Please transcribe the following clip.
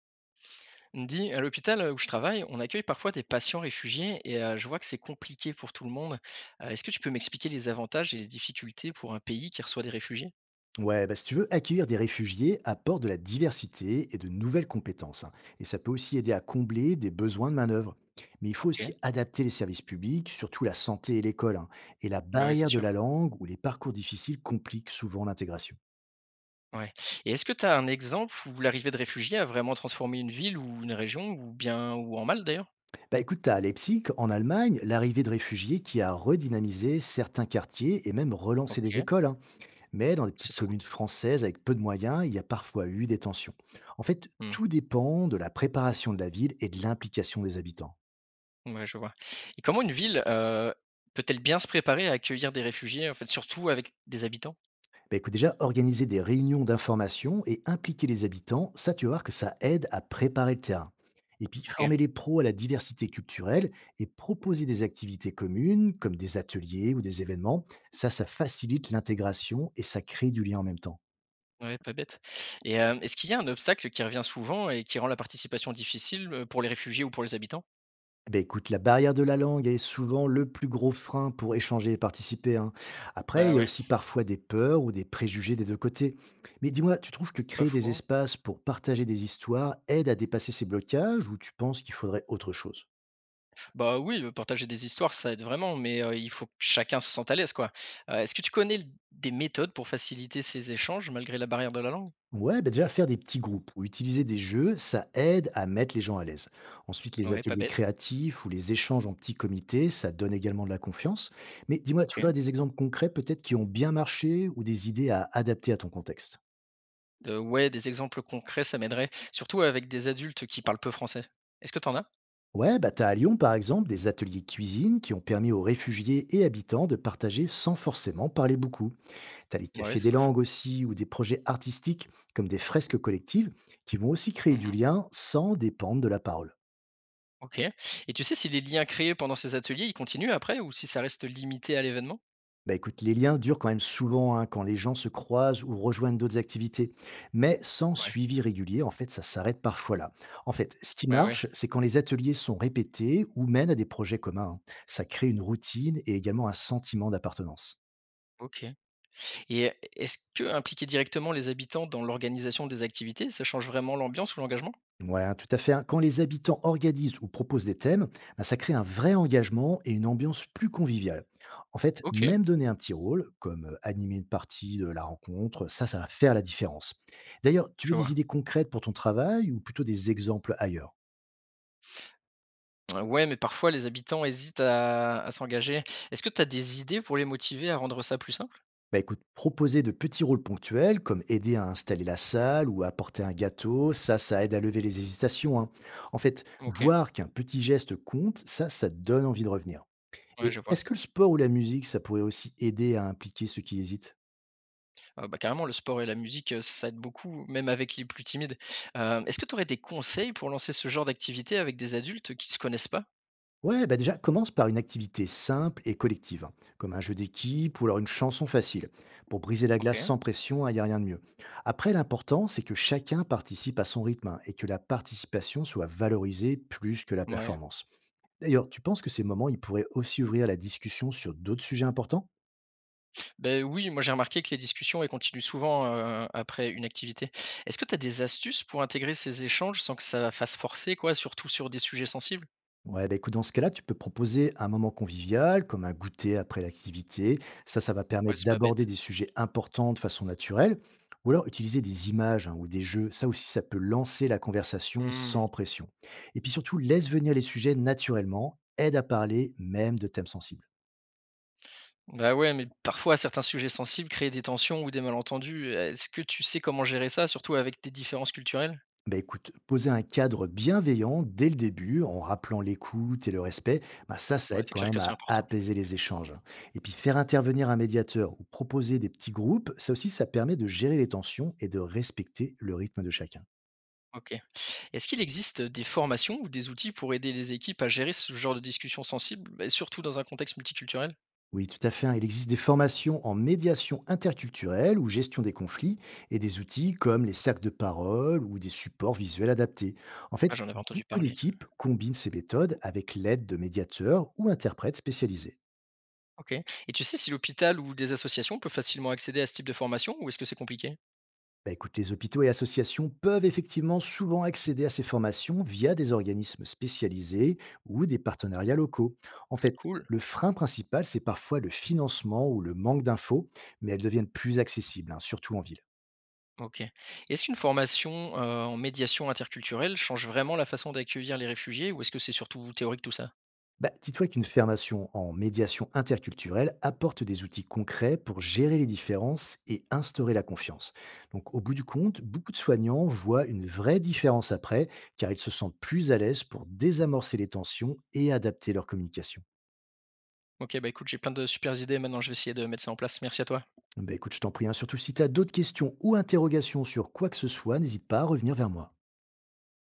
Dis, à l'hôpital où je travaille, on accueille parfois des patients réfugiés et je vois que c'est compliqué pour tout le monde. Est-ce que tu peux m'expliquer les avantages et les difficultés pour un pays qui reçoit des réfugiés? Ouais, bah, si tu veux accueillir des réfugiés, apporte de la diversité et de nouvelles compétences. Hein. Et ça peut aussi aider à combler des besoins de main-d'œuvre. Mais il faut Ok, aussi adapter les services publics, surtout la santé et l'école. Hein. Et la bah oui, c'est barrière de sûr. la langue ou les parcours difficiles compliquent souvent l'intégration. Ouais. Et est-ce que tu as un exemple où l'arrivée de réfugiés a vraiment transformé une ville ou une région, ou bien ou en mal d'ailleurs? Bah écoute, t'as à Leipzig, en Allemagne, l'arrivée de réfugiés qui a redynamisé certains quartiers et même relancé Ok, des écoles. Hein. Mais dans les c'est petites c'est cool. communes françaises avec peu de moyens, il y a parfois eu des tensions. En fait, Hmm, tout dépend de la préparation de la ville et de l'implication des habitants. ouais, je vois. Et comment une ville peut-elle bien se préparer à accueillir des réfugiés, en fait, surtout avec des habitants? Bah, écoute, déjà, organiser des réunions d'information et impliquer les habitants, ça, tu vas voir que ça aide à préparer le terrain. Et puis, Ok. former les pros à la diversité culturelle et proposer des activités communes, comme des ateliers ou des événements, ça facilite l'intégration et ça crée du lien en même temps. Ouais, pas bête et est-ce qu'il y a un obstacle qui revient souvent et qui rend la participation difficile, pour les réfugiés ou pour les habitants? Beh, écoute, la barrière de la langue est souvent le plus gros frein pour échanger et participer. Hein. Après, Bah, il y a ouais, aussi parfois des peurs ou des préjugés des deux côtés. Mais dis-moi, tu trouves que pas créer des fou, hein. espaces pour partager des histoires aide à dépasser ces blocages ou tu penses qu'il faudrait autre chose? Bah, oui, partager des histoires, ça aide vraiment, mais il faut que chacun se sente à l'aise, quoi. Est-ce que tu connais l des méthodes pour faciliter ces échanges malgré la barrière de la langue? Ouais, bah déjà faire des petits groupes ou utiliser des jeux, ça aide à mettre les gens à l'aise. Ensuite, les Ouais, pas ateliers bête. créatifs ou les échanges en petits comités, ça donne également de la confiance. Mais dis-moi, tu OK. voudrais des exemples concrets peut-être qui ont bien marché ou des idées à adapter à ton contexte? Ouais, des exemples concrets, ça m'aiderait, surtout avec des adultes qui parlent peu français. Est-ce que t'en as? Ouais, bah t'as à Lyon par exemple des ateliers cuisine qui ont permis aux réfugiés et habitants de partager sans forcément parler beaucoup. T'as les Ouais, cafés c'est des pas faux. langues aussi ou des projets artistiques comme des fresques collectives qui vont aussi créer du Mmh. lien sans dépendre de la parole. OK, et tu sais si les liens créés pendant ces ateliers, ils continuent après ou si ça reste limité à l'événement? Bah écoute, les liens durent quand même souvent hein, quand les gens se croisent ou rejoignent d'autres activités, mais sans Ouais, suivi régulier, en fait, ça s'arrête parfois là. En fait, ce qui ouais, ouais. marche, c'est quand les ateliers sont répétés ou mènent à des projets communs. Hein. Ça crée une routine et également un sentiment d'appartenance. OK, et est-ce que impliquer directement les habitants dans l'organisation des activités, ça change vraiment l'ambiance ou l'engagement? Ouais, hein, tout à fait. Hein. Quand les habitants organisent ou proposent des thèmes, bah, ça crée un vrai engagement et une ambiance plus conviviale. En fait, OK, même donner un petit rôle, comme animer une partie de la rencontre, ça va faire la différence. D'ailleurs, tu je veux vois. des idées concrètes pour ton travail ou plutôt des exemples ailleurs? Ouais, mais parfois les habitants hésitent à s'engager. Est-ce que tu as des idées pour les motiver à rendre ça plus simple? Bah écoute, proposer de petits rôles ponctuels, comme aider à installer la salle ou apporter un gâteau, ça aide à lever les hésitations. Hein. En fait, OK, voir qu'un petit geste compte, ça te donne envie de revenir. ouais, je Et vois. est-ce que le sport ou la musique, ça pourrait aussi aider à impliquer ceux qui hésitent? Ah bah, carrément, le sport et la musique, ça aide beaucoup, même avec les plus timides. Est-ce que tu aurais des conseils pour lancer ce genre d'activité avec des adultes qui se connaissent pas? Ouais, bah déjà, commence par une activité simple et collective, hein, comme un jeu d'équipe ou alors une chanson facile, pour briser la glace OK. sans pression, il n'y a rien de mieux. Après, l'important, c'est que chacun participe à son rythme hein, et que la participation soit valorisée plus que la Ouais. performance. D'ailleurs, tu penses que ces moments, ils pourraient aussi ouvrir la discussion sur d'autres sujets importants? Ben oui, moi j'ai remarqué que les discussions, elles continuent souvent, après une activité. Est-ce que tu as des astuces pour intégrer ces échanges sans que ça fasse forcer quoi, surtout sur des sujets sensibles? Ouais, bah écoute, dans ce cas-là, tu peux proposer un moment convivial, comme un goûter après l'activité. Ça va Ouais, permettre c'est pas bête. d'aborder des sujets importants de façon naturelle. Ou alors utiliser des images hein, ou des jeux. Ça aussi, ça peut lancer la conversation Mmh. sans pression. Et puis surtout, laisse venir les sujets naturellement, aide à parler même de thèmes sensibles. Bah, ouais, mais parfois certains sujets sensibles créent des tensions ou des malentendus. Est-ce que tu sais comment gérer ça, surtout avec des différences culturelles? Bah écoute, poser un cadre bienveillant dès le début, en rappelant l'écoute et le respect, bah ça, ça Ouais, aide c'est quand clair que même c'est à important. apaiser les échanges. Hein. Et puis faire intervenir un médiateur ou proposer des petits groupes, ça aussi, ça permet de gérer les tensions et de respecter le rythme de chacun. OK. Est-ce qu'il existe des formations ou des outils pour aider les équipes à gérer ce genre de discussions sensibles, beh, surtout dans un contexte multiculturel? Oui, tout à fait. Hein. Il existe des formations en médiation interculturelle ou gestion des conflits et des outils comme les sacs de parole ou des supports visuels adaptés. En fait, Ah, j'en avais entendu beaucoup parler. d'équipes combinent ces méthodes avec l'aide de médiateurs ou interprètes spécialisés. OK, et tu sais si l'hôpital ou des associations peuvent facilement accéder à ce type de formation ou est-ce que c'est compliqué? Bah, écoute, les hôpitaux et associations peuvent effectivement souvent accéder à ces formations via des organismes spécialisés ou des partenariats locaux. En fait, Cool. le frein principal, c'est parfois le financement ou le manque d'infos, mais elles deviennent plus accessibles, hein, surtout en ville. OK. Est-ce qu'une formation, en médiation interculturelle change vraiment la façon d'accueillir les réfugiés ou est-ce que c'est surtout théorique tout ça? Bah, dis-toi qu'une formation en médiation interculturelle apporte des outils concrets pour gérer les différences et instaurer la confiance. Donc, au bout du compte, beaucoup de soignants voient une vraie différence après, car ils se sentent plus à l'aise pour désamorcer les tensions et adapter leur communication. OK, bah, écoute, j'ai plein de supers idées maintenant, je vais essayer de mettre ça en place. Merci à toi. Bah, écoute, je t'en prie, hein, surtout si tu as d'autres questions ou interrogations sur quoi que ce soit, n'hésite pas à revenir vers moi.